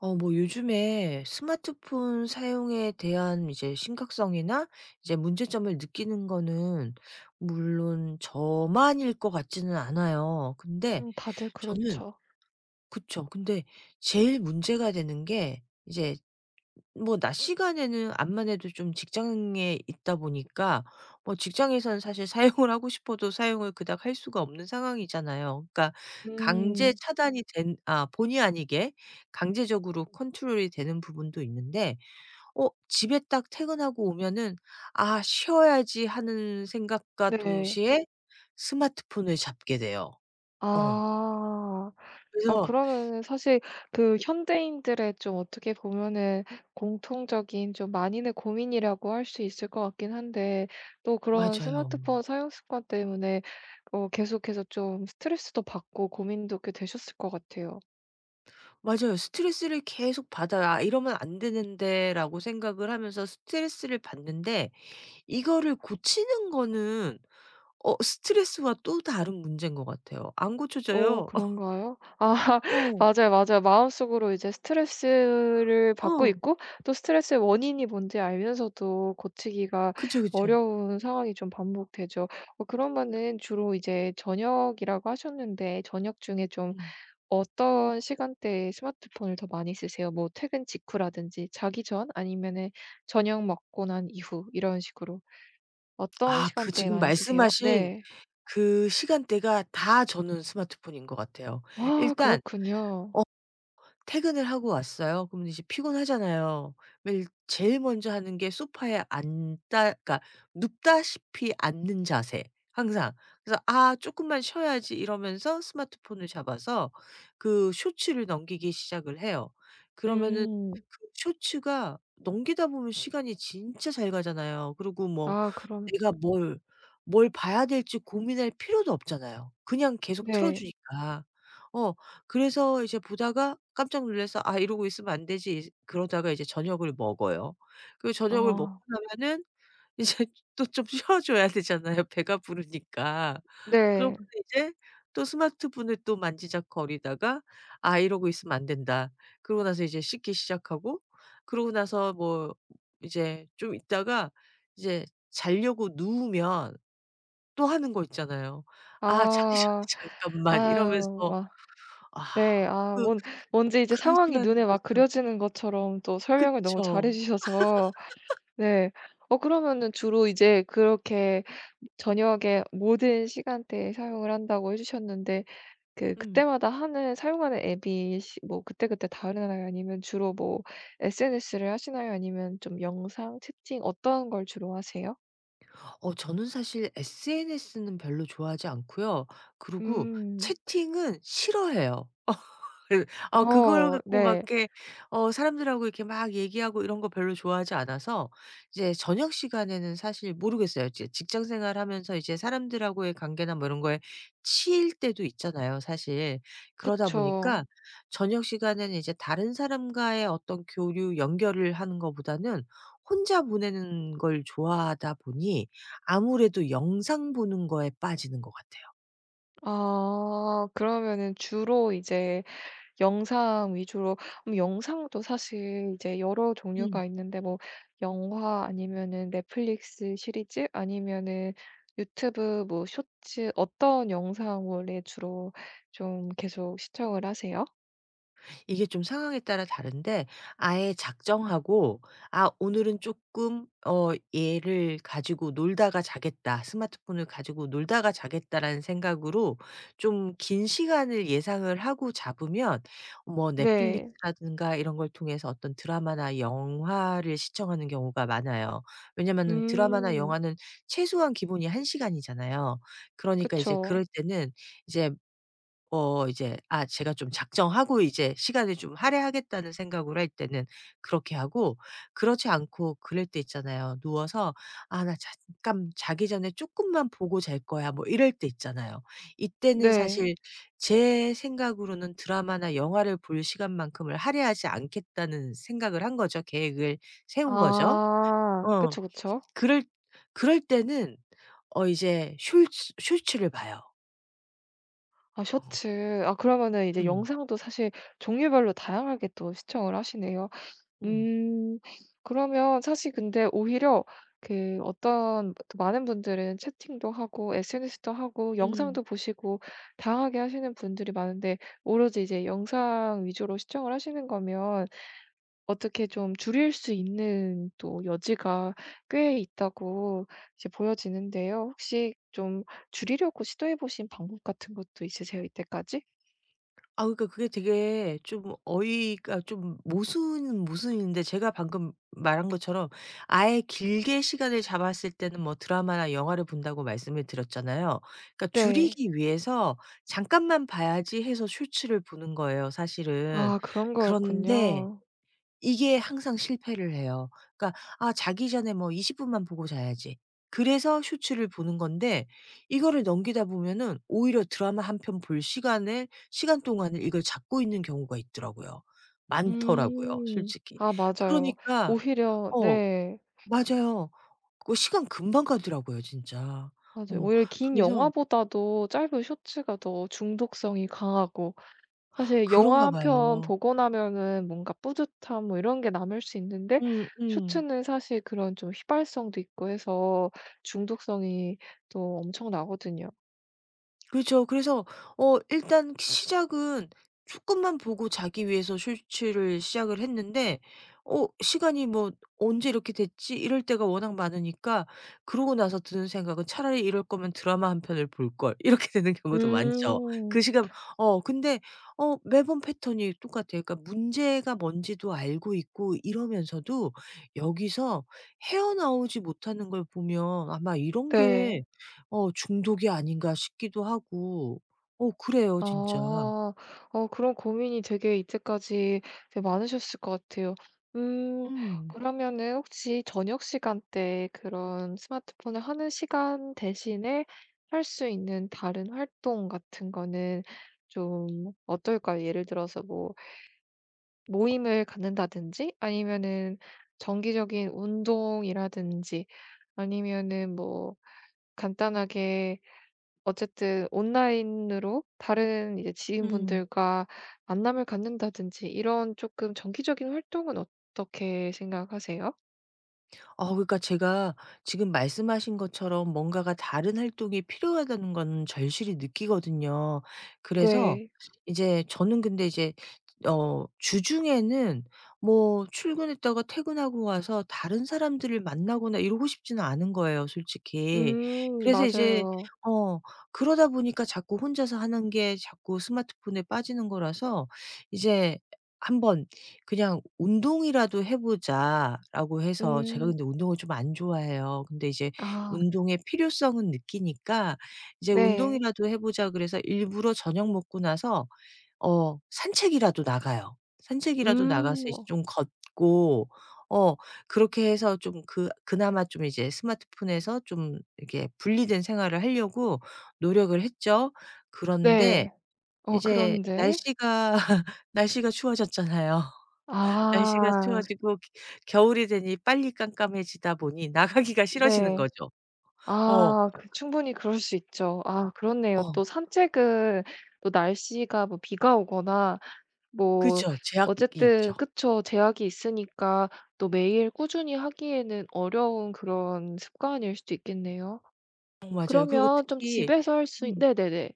뭐 요즘에 스마트폰 사용에 대한 이제 심각성이나 이제 문제점을 느끼는 거는 물론 저만일 것 같지는 않아요. 근데 다들 저는 그렇죠. 그쵸. 근데 제일 문제가 되는 게 이제 뭐 낮 시간에는 암만 해도 좀 직장에 있다 보니까 뭐 직장에서는 사실 사용을 하고 싶어도 사용을 그닥 할 수가 없는 상황이잖아요. 그러니까 강제 음 차단이 된 본의 아니게 강제적으로 컨트롤이 되는 부분도 있는데 집에 딱 퇴근하고 오면은 '아 쉬어야지.' 하는 생각과 네. 동시에 스마트폰을 잡게 돼요. 어. 아. 아 그래서 그러면은 사실 그 현대인들의 좀 어떻게 보면은 공통적인 좀 많이는 고민이라고 할 수 있을 것 같긴 한데 또 그런 맞아요. 스마트폰 사용 습관 때문에 계속해서 좀 스트레스도 받고 고민도 꽤 되셨을 것 같아요. 맞아요. '스트레스를 계속 받아아 이러면 안 되는데.'라고 생각을 하면서 스트레스를 받는데 이거를 고치는 거는 스트레스와 또 다른 문제인 것 같아요. 안 오 고쳐져요. 그런가요? 아 어. 맞아요, 맞아요. 마음속으로 이제 스트레스를 받고 어. 있고 또 스트레스의 원인이 뭔지 알면서도 고치기가 그쵸, 그쵸. 어려운 상황이 좀 반복되죠. 어 그러면은 주로 이제 저녁이라고 하셨는데 저녁 중에 좀 음. 어떤 시간대에 스마트폰을 더 많이 쓰세요? 뭐 퇴근 직후라든지 자기 전 아니면은 저녁 먹고 난 이후 이런 식으로 어떤 아 그 시간대에 지금 많이 쓰세요? 말씀하신 네. 그 시간대가 다 저는 스마트폰인 것 같아요. 와 일단 그렇군요. 어 퇴근을 하고 왔어요. 그러면 이제 피곤하잖아요. 매일 제일 먼저 하는 게 소파에 앉다 그러니까 눕다시피 앉는 자세. 항상. 그래서 '아 조금만 쉬어야지.' 이러면서 스마트폰을 잡아서 그 쇼츠를 넘기기 시작을 해요. 그러면은 음. 그 쇼츠가 넘기다 보면 시간이 진짜 잘 가잖아요. 그리고 뭐 아 그럼 내가 뭘 봐야 될지 고민할 필요도 없잖아요. 그냥 계속 틀어 네. 주니까. 어 그래서 이제 보다가 깜짝 놀라서 '아 이러고 있으면 안 되지.' 그러다가 이제 저녁을 먹어요. 그 저녁을 먹고 아 나면은 이제 또 좀 쉬어 줘야 되잖아요 배가 부르니까. 그러면 네. 이제 또 스마트폰을 또 만지작거리다가 '아 이러고 있으면 안 된다.' 그러고 나서 이제 씻기 시작하고 그러고 나서 뭐 이제 좀 있다가 이제 자려고 누우면 또 하는 거 있잖아요. '아 자기 아. 전에 잠깐만.' 아유 이러면서 와 아 네. 아 그 뭔 뭔지 이제 그 상황이 눈에 시간 막 그쵸. 그려지는 것처럼 또 설명을 너무 잘해 그쵸. 주셔서 네. 어 그러면은 주로 이제 그렇게 저녁에 모든 시간대에 사용을 한다고 해 주셨는데 음. 그때마다 하는 사용하는 앱이 시 뭐 그때그때 다르나요? 아니면 주로 뭐 SNS를 하시나요? 아니면 좀 영상, 채팅 어떤 걸 주로 하세요? 저는 사실 SNS는 별로 좋아하지 않고요. 그리고 음. 채팅은 싫어해요. 그 그걸 어 갖고 막 네. 이렇게 사람들하고 이렇게 막 얘기하고 이런 거 별로 좋아하지 않아서 이제 저녁 시간에는 사실 모르겠어요. 이제 직장 생활하면서 이제 사람들하고의 관계나 뭐 이런 거에 치일 때도 있잖아요, 사실. 그러다 그쵸. 보니까 저녁 시간에는 이제 다른 사람과의 어떤 교류, 연결을 하는 거보다는 혼자 보내는 걸 좋아하다 보니 아무래도 영상 보는 거에 빠지는 것 같아요. 아 그러면은 주로 이제 영상 위주로. 영상도 사실 이제 여러 음. 종류가 있는데 뭐 영화 아니면은 넷플릭스 시리즈 아니면은 유튜브 뭐 쇼츠 어떤 영상물에 주로 좀 계속 시청을 하세요? 이게 좀 상황에 따라 다른데 아예 작정하고 '아 오늘은 조금 어 얘를 가지고 놀다가 자겠다. 스마트폰을 가지고 놀다가 자겠다.'라는 생각으로 좀 긴 시간을 예상을 하고 잡으면 뭐 네. 넷플릭스라든가 이런 걸 통해서 어떤 드라마나 영화를 시청하는 경우가 많아요. 왜냐면은 드라마나 음. 영화는 최소한 기본이 한 시간이잖아요. 그러니까 이제 그럴 그쵸. 때는 이제 제가 좀 작정하고 이제 시간을 좀 할애하겠다는 생각으로 할 때는 그렇게 하고 그렇지 않고 그럴 때 있잖아요. 누워서 '아 나 잠깐 자기 전에 조금만 보고 잘 거야.' 뭐 이럴 때 있잖아요. 이때는 네. 사실 제 생각으로는 드라마나 영화를 볼 시간만큼을 할애하지 않겠다는 생각을 한 거죠. 계획을 세운 거죠. 아. 어. 그쵸, 그쵸. 그럴 그럴 때는 이제 숄츠를 봐요. 아 쇼츠. 아 그러면은 이제 음. 영상도 사실 종류별로 다양하게 또 시청을 하시네요. 음. 음. 그러면 사실 근데 오히려 그 어떤 또 많은 분들은 채팅도 하고 SNS도 하고 음. 영상도 보시고 다양하게 하시는 분들이 많은데 오로지 이제 영상 위주로 시청을 하시는 거면 어떻게 좀 줄일 수 있는 또 여지가 꽤 있다고 이제 보여지는데요. 혹시 좀 줄이려고 시도해 보신 방법 같은 것도 있으세요? 이때까지? 아 그러니까 그게 되게 좀 어이가 좀 모순은 모순인데 제가 방금 말한 것처럼 아예 길게 시간을 잡았을 때는 뭐 드라마나 영화를 본다고 말씀을 드렸잖아요. 그러니까 네. 줄이기 위해서 잠깐만 봐야지 해서 쇼츠를 보는 거예요 사실은. 아 그런 그런데 거였군요. 이게 항상 실패를 해요. 그러니까 '아 자기 전에 뭐 20 분만 보고 자야지.' 그래서 쇼츠를 보는 건데 이거를 넘기다 보면은 오히려 드라마 한 편 볼 시간에 시간 동안을 이걸 잡고 있는 경우가 있더라고요. 많더라고요 음. 솔직히. 아 맞아요. 그러니까 오히려 어 네. 맞아요. 그 시간 금방 가더라고요 진짜. 맞아요. 어 오히려 긴 그래서 영화보다도 짧은 쇼츠가 더 중독성이 강하고 사실 영화 그런가 한편 봐요. 보고 나면은 뭔가 뿌듯함 뭐 이런 게 남을 수 있는데 음 음. 쇼츠는 사실 그런 좀 휘발성도 있고 해서 중독성이 또 엄청나거든요. 그렇죠. 그래서 일단 시작은 쪼끔만 보고 자기 위해서 쇼츠를 시작을 했는데 시간이 뭐 '언제 이렇게 됐지?' 이럴 때가 워낙 많으니까 그러고 나서 드는 생각은 '차라리 이럴 거면 드라마 한 편을 볼걸.' 이렇게 되는 경우도 많죠. 그 음. 시간 어 근데 어 매번 패턴이 똑같아요. 그러니까 문제가 뭔지도 알고 있고 이러면서도 여기서 헤어나오지 못하는 걸 보면 아마 이런 게 네. 중독이 아닌가 싶기도 하고 어 그래요 진짜. 아. 어 그런 고민이 되게 이때까지 되게 많으셨을 것 같아요. 음 음. 그러면은 혹시 저녁 시간대 그런 스마트폰을 하는 시간 대신에 할 수 있는 다른 활동 같은 거는 좀 어떨까요? 예를 들어서 뭐 모임을 갖는다든지 아니면은 정기적인 운동이라든지 아니면은 뭐 간단하게 어쨌든 온라인으로 다른 이제 음. 지인분들과 만남을 갖는다든지 이런 조금 정기적인 활동은 어떻게 생각하세요? 아 그러니까 제가 지금 말씀하신 것처럼 뭔가가 다른 활동이 필요하다는 건 절실히 느끼거든요. 그래서 네. 이제 저는 근데 이제 주중에는 뭐 출근했다가 퇴근하고 와서 다른 사람들을 만나거나 이러고 싶지는 않은 거예요, 솔직히. 그래서 이제 맞아요. 어 그러다 보니까 자꾸 혼자서 하는 게 자꾸 스마트폰에 빠지는 거라서 이제 한번 그냥 '운동이라도 해 보자.'라고 해서 제가 음. 근데 운동을 좀 안 좋아해요. 근데 이제 아 운동의 필요성은 느끼니까 이제 네. '운동이라도 해 보자.' 그래서 일부러 저녁 먹고 나서 산책이라도 나가요. 산책이라도 나가서 이제 어 좀 걷고 어 그렇게 해서 좀 그 그나마 좀 이제 스마트폰에서 좀 이렇게 분리된 생활을 하려고 노력을 했죠. 그런데 네. 어 이제 그런데 날씨가 날씨가 추워졌잖아요. 날씨가 아 추워지고 기 겨울이 되니 빨리 깜깜해지다 보니 나가기가 싫어지는 네. 거죠. 어. 아 그 충분히 그럴 수 있죠. 아 그렇네요. 또 어. 산책은 또 날씨가 뭐 비가 오거나 뭐 그죠. 제약이 어쨌든 있죠. 그쵸. 제약이 있으니까 또 매일 꾸준히 하기에는 어려운 그런 습관일 수도 있겠네요. 어 맞아요. 그리고 그러면 좀 특히 집에서 할 수 있- 음. 네네네.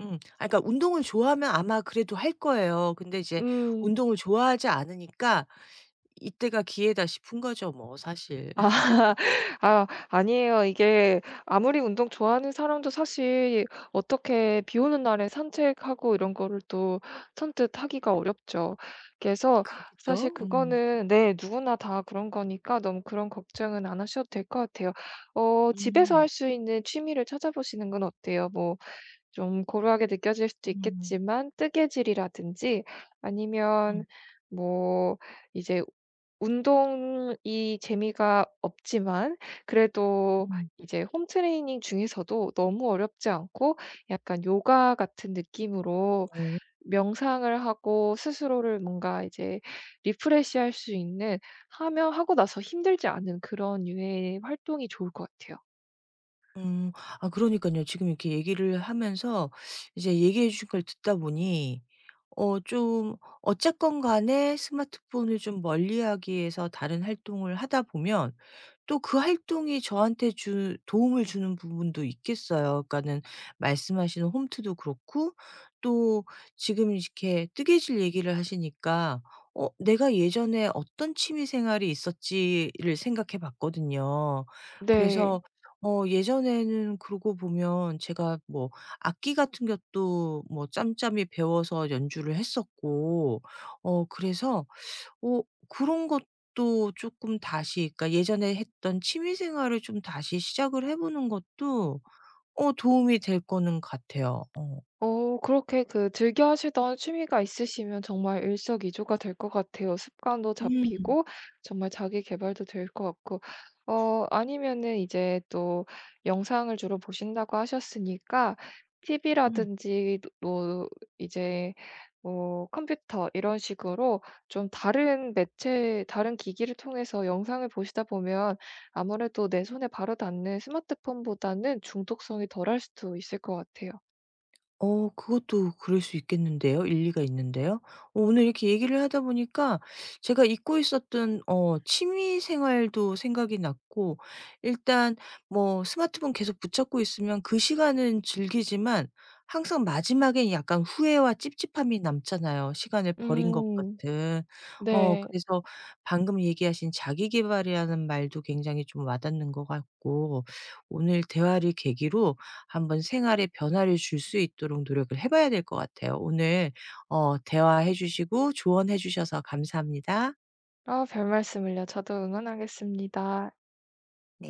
음. 아 그러니까 운동을 좋아하면 아마 그래도 할 거예요. 근데 이제 음. 운동을 좋아하지 않으니까 이때가 기회다 싶은 거죠 뭐 사실. 아. 아 아니에요. 이게 아무리 운동 좋아하는 사람도 사실 어떻게 비 오는 날에 산책하고 이런 거를 또 선뜻 하기가 어렵죠. 그래서 사실 그렇겠죠? 음. 그거는 네 누구나 다 그런 거니까 너무 그런 걱정은 안 하셔도 될 것 같아요. 어 집에서 음. 할 수 있는 취미를 찾아보시는 건 어때요? 뭐 좀 고루하게 느껴질 수도 음. 있겠지만 뜨개질이라든지 음. 아니면 뭐 이제 운동이 재미가 없지만 그래도 음. 이제 홈트레이닝 중에서도 너무 어렵지 않고 약간 요가 같은 느낌으로 어. 명상을 하고 스스로를 뭔가 이제 리프레시할 수 있는 하며 하고 나서 힘들지 않은 그런 유의 활동이 좋을 것 같아요. 음. 아 그러니깐요. 지금 이렇게 얘기를 하면서 이제 얘기해 주신 걸 듣다 보니 좀 어쨌건 간에 스마트폰을 좀 멀리하기 위해서 다른 활동을 하다 보면 또 그 활동이 저한테 주 도움을 주는 부분도 있겠어요. 그러니까는 말씀하시는 홈트도 그렇고 또 지금 이렇게 뜨개질 얘기를 하시니까 '어 내가 예전에 어떤 취미 생활이 있었지.'를 생각해 봤거든요. 네. 그래서 예전에는 그러고 보면 제가 뭐 악기 같은 것도 뭐 짬짬이 배워서 연주를 했었고 어 그래서 어 그런 것도 쪼끔 다시 그러니까 예전에 했던 취미 생활을 좀 다시 시작을 해 보는 것도 도움이 될 거는 같아요. 어. 어 그렇게 그 즐겨 하시던 취미가 있으시면 정말 일석이조가 될 것 같아요. 습관도 음. 잡히고 정말 자기 개발도 될 것 같고. 어 아니면은 이제 또 영상을 주로 보신다고 하셨으니까 음. TV라든지 또 이제 뭐 컴퓨터 이런 식으로 좀 다른 매체 다른 기기를 통해서 영상을 보시다 보면 아무래도 내 손에 바로 닿는 스마트폰보다는 중독성이 덜할 수도 있을 것 같아요. 어 그것도 그럴 수 있겠는데요. 일리가 있는데요. 어 오늘 이렇게 얘기를 하다 보니까 제가 잊고 있었던 취미 생활도 생각이 났고 일단 뭐 스마트폰 계속 붙잡고 있으면 그 시간은 즐기지만 항상 마지막엔 약간 후회와 찝찝함이 남잖아요, 시간을 버린 것 음. 같은. 네. 그래서 방금 얘기하신 자기 개발이라는 말도 굉장히 좀 와닿는 것 같고 오늘 대화를 계기로 한번 생활에 변화를 줄 수 있도록 노력을 해 봐야 될 것 같아요. 오늘 대화해 주시고 조언해 주셔서 감사합니다. 아 별말씀을요. 저도 응원하겠습니다. 네.